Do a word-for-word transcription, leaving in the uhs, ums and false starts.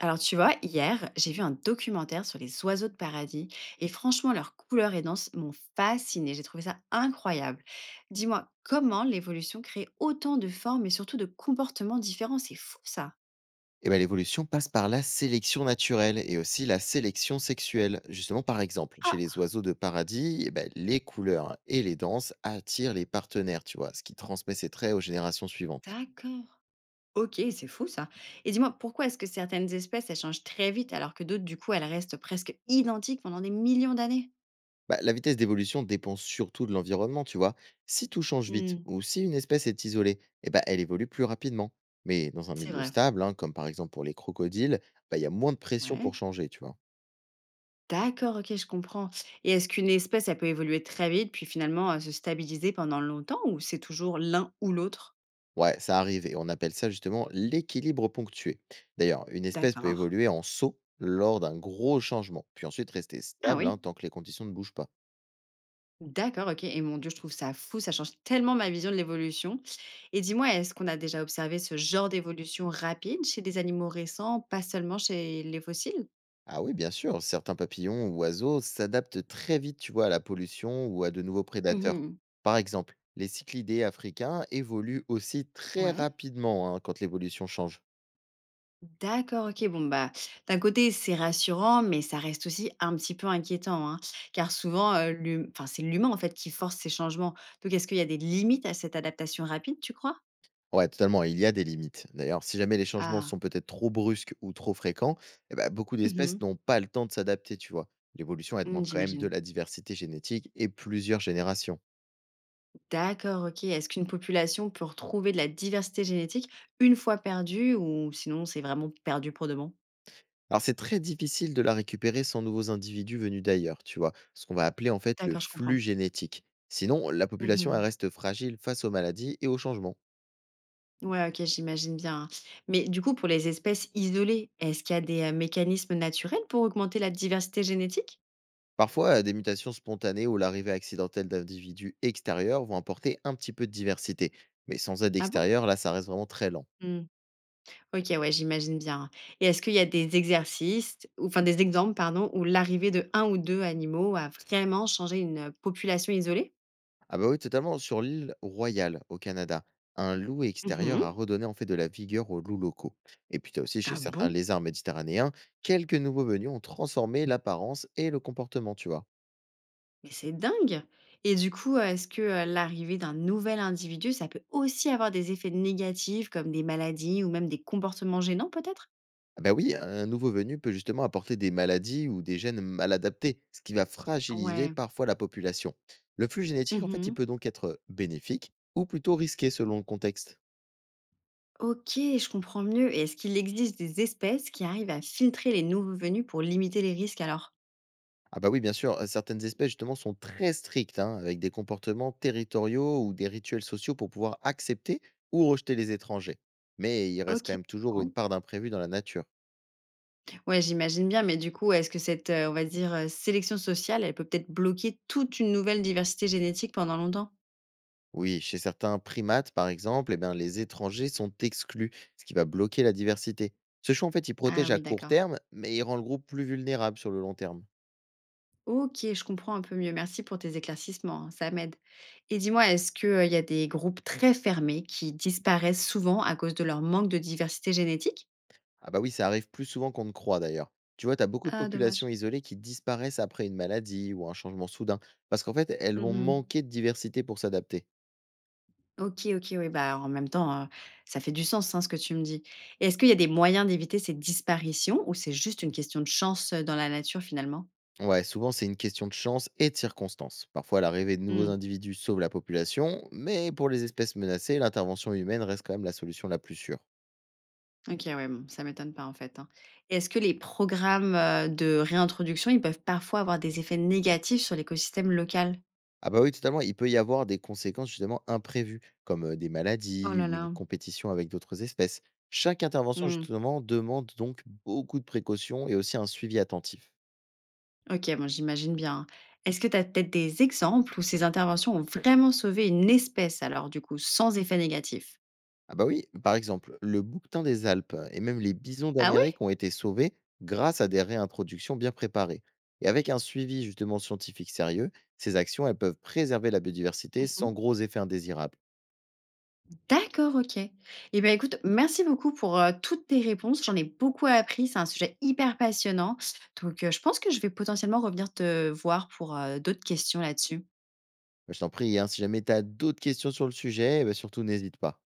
Alors tu vois, hier, j'ai vu un documentaire sur les oiseaux de paradis et franchement, leurs couleurs et danses m'ont fascinée. J'ai trouvé ça incroyable. Dis-moi, comment l'évolution crée autant de formes et surtout de comportements différents. C'est fou ça. Eh ben, l'évolution passe par la sélection naturelle et aussi la sélection sexuelle. Justement, par exemple, chez les Ah, oiseaux de paradis, eh ben, les couleurs et les danses attirent les partenaires, tu vois, ce qui transmet ses traits aux générations suivantes. d'accord. Ok, c'est fou ça. Et dis-moi, pourquoi est-ce que certaines espèces, elles changent très vite alors que d'autres, du coup, elles restent presque identiques pendant des millions d'années? Bah, la vitesse d'évolution dépend surtout de l'environnement, tu vois. Si tout change vite Hmm. ou si une espèce est isolée, eh ben, elle évolue plus rapidement. Mais dans un C'est milieu vrai. stable, hein, comme par exemple pour les crocodiles, bah, il y a moins de pression Ouais. pour changer, tu vois. D'accord, OK, je comprends. Et est-ce qu'une espèce, elle peut évoluer très vite, puis finalement, heu, se stabiliser pendant longtemps, ou c'est toujours l'un ou l'autre? Ouais, ça arrive et on appelle ça justement l'équilibre ponctué. D'ailleurs, une espèce peut D'accord. évoluer en saut lors d'un gros changement, puis ensuite rester Ah stable, hein, oui, tant que les conditions ne bougent pas. d'accord, OK. Et mon Dieu, je trouve ça fou, ça change tellement ma vision de l'évolution. Et dis-moi, est-ce qu'on a déjà observé ce genre d'évolution rapide chez des animaux récents, pas seulement chez les fossiles? Ah oui, bien sûr, certains papillons ou oiseaux s'adaptent très vite, tu vois, à la pollution ou à de nouveaux prédateurs. Mmh. Par exemple, les cyclidés africains évoluent aussi très Ouais. rapidement, hein, quand l'évolution change. D'accord, OK. Bon, bah, d'un côté, c'est rassurant, mais ça reste aussi un petit peu inquiétant, hein, car souvent, heu, l'hum enfin, c'est l'humain, en fait, qui force ces changements. Donc, est-ce qu'il y a des limites à cette adaptation rapide, tu crois? Ouais, totalement, il y a des limites. D'ailleurs, si jamais les changements Ah. sont peut-être trop brusques ou trop fréquents, eh ben, beaucoup Mmh mh. d'espèces n'ont pas le temps de s'adapter, tu vois. L'évolution, elle Mmh, demande quand même de j'imagine. la diversité génétique et plusieurs générations. D'accord, OK. Est-ce qu'une population peut retrouver de la diversité génétique une fois perdue, ou sinon c'est vraiment perdu pour de bon? Alors, c'est très difficile de la récupérer sans nouveaux individus venus d'ailleurs, tu vois, ce qu'on va appeler en fait le D'accord, je comprends. flux génétique. Sinon, la population, elle Mmh. reste fragile face aux maladies et aux changements. Ouais, OK, j'imagine bien, hein. Mais du coup, pour les espèces isolées, est-ce qu'il y a des, heu, mécanismes naturels pour augmenter la diversité génétique? Parfois, des mutations spontanées ou l'arrivée accidentelle d'individus extérieurs vont apporter un petit peu de diversité. Mais sans aide Ah bon? extérieure, là, ça reste vraiment très lent. Mmh. OK, ouais, j'imagine bien. Et est-ce qu'il y a des exercices, ou enfin des exemples, pardon, où l'arrivée de un ou deux animaux a vraiment changé une population isolée? Ah bah oui, totalement. Sur l'île Royale, au Canada, un loup extérieur Mmh. a redonné en fait de la vigueur aux loups locaux. Et puis tu as aussi chez Ah certains bon? lézards méditerranéens, quelques nouveaux venus ont transformé l'apparence et le comportement, tu vois. Mais c'est dingue! Et du coup, heu, est-ce que, heu, l'arrivée d'un nouvel individu, ça peut aussi avoir des effets négatifs comme des maladies, ou même des comportements gênants peut-être? Ah bah oui, un nouveau venu peut justement apporter des maladies ou des gènes mal adaptés, ce qui va fragiliser Ouais. parfois la population. Le flux génétique, en fait, il Mmh. peut donc être bénéfique ou plutôt risqué selon le contexte. OK, je comprends mieux. Et est-ce qu'il existe des espèces qui arrivent à filtrer les nouveaux venus pour limiter les risques alors? Ah bah oui, bien sûr, euh, certaines espèces justement sont très strictes, hein, avec des comportements territoriaux ou des rituels sociaux pour pouvoir accepter ou rejeter les étrangers. Mais il reste quand OK. même toujours une part d'imprévu dans la nature. Ouais, j'imagine bien, mais du coup, est-ce que cette, heu, on va dire, heu, sélection sociale, elle peut peut-être bloquer toute une nouvelle diversité génétique pendant longtemps? Oui, chez certains primates, par exemple, eh ben, les étrangers sont exclus, ce qui va bloquer la diversité. Ce choix, en fait, il Ah protège à oui, court d'accord. terme, mais il rend le groupe plus vulnérable sur le long terme. OK, je comprends un peu mieux. Merci pour tes éclaircissements, hein, ça m'aide. Et dis-moi, est-ce que, euh, il y a des groupes très fermés qui disparaissent souvent à cause de leur manque de diversité génétique? Ah bah oui, ça arrive plus souvent qu'on ne croit d'ailleurs. Tu vois, tu as beaucoup de Ah populations dommage. isolées qui disparaissent après une maladie ou un changement soudain, parce qu'en fait, elles vont Mmh. manquer de diversité pour s'adapter. OK, OK, oui, bah, en même temps, heu, ça fait du sens, hein, ce que tu me dis. Et est-ce qu'il y a des moyens d'éviter ces disparitions, ou c'est juste une question de chance, heu, dans la nature finalement? Ouais, souvent c'est une question de chance et de circonstances. Parfois, l'arrivée de nouveaux Mmh. individus sauve la population, mais pour les espèces menacées, l'intervention humaine reste quand même la solution la plus sûre. OK, ouais, bon, ça m'étonne pas en fait, hein. Et est-ce que les programmes, heu, de réintroduction, ils peuvent parfois avoir des effets négatifs sur l'écosystème local? Ah bah oui, totalement, il peut y avoir des conséquences justement imprévues, comme euh, des Oh maladies là ou une là. compétition avec d'autres espèces. Chaque intervention Mmh. justement demande donc beaucoup de précautions et aussi un suivi attentif. OK, bon, j'imagine bien, hein. Est-ce que tu as peut-être des exemples où ces interventions ont vraiment sauvé une espèce alors du coup, sans effet négatif? Ah bah oui, par exemple, le bouquetin des Alpes et même les bisons Ah oui. d'Amérique ont été sauvés grâce à des réintroductions bien préparées. Et avec un suivi justement scientifique sérieux, ces actions, elles peuvent préserver la biodiversité Mmh. sans gros effets indésirables. D'accord, OK. Et bah, écoute, merci beaucoup pour, heu, toutes tes réponses. J'en ai beaucoup appris, c'est un sujet hyper passionnant. Donc, heu, je pense que je vais potentiellement revenir te voir pour, heu, d'autres questions là-dessus. Bah, je t'en prie, hein, si jamais tu as d'autres questions sur le sujet, eh ben surtout n'hésite pas.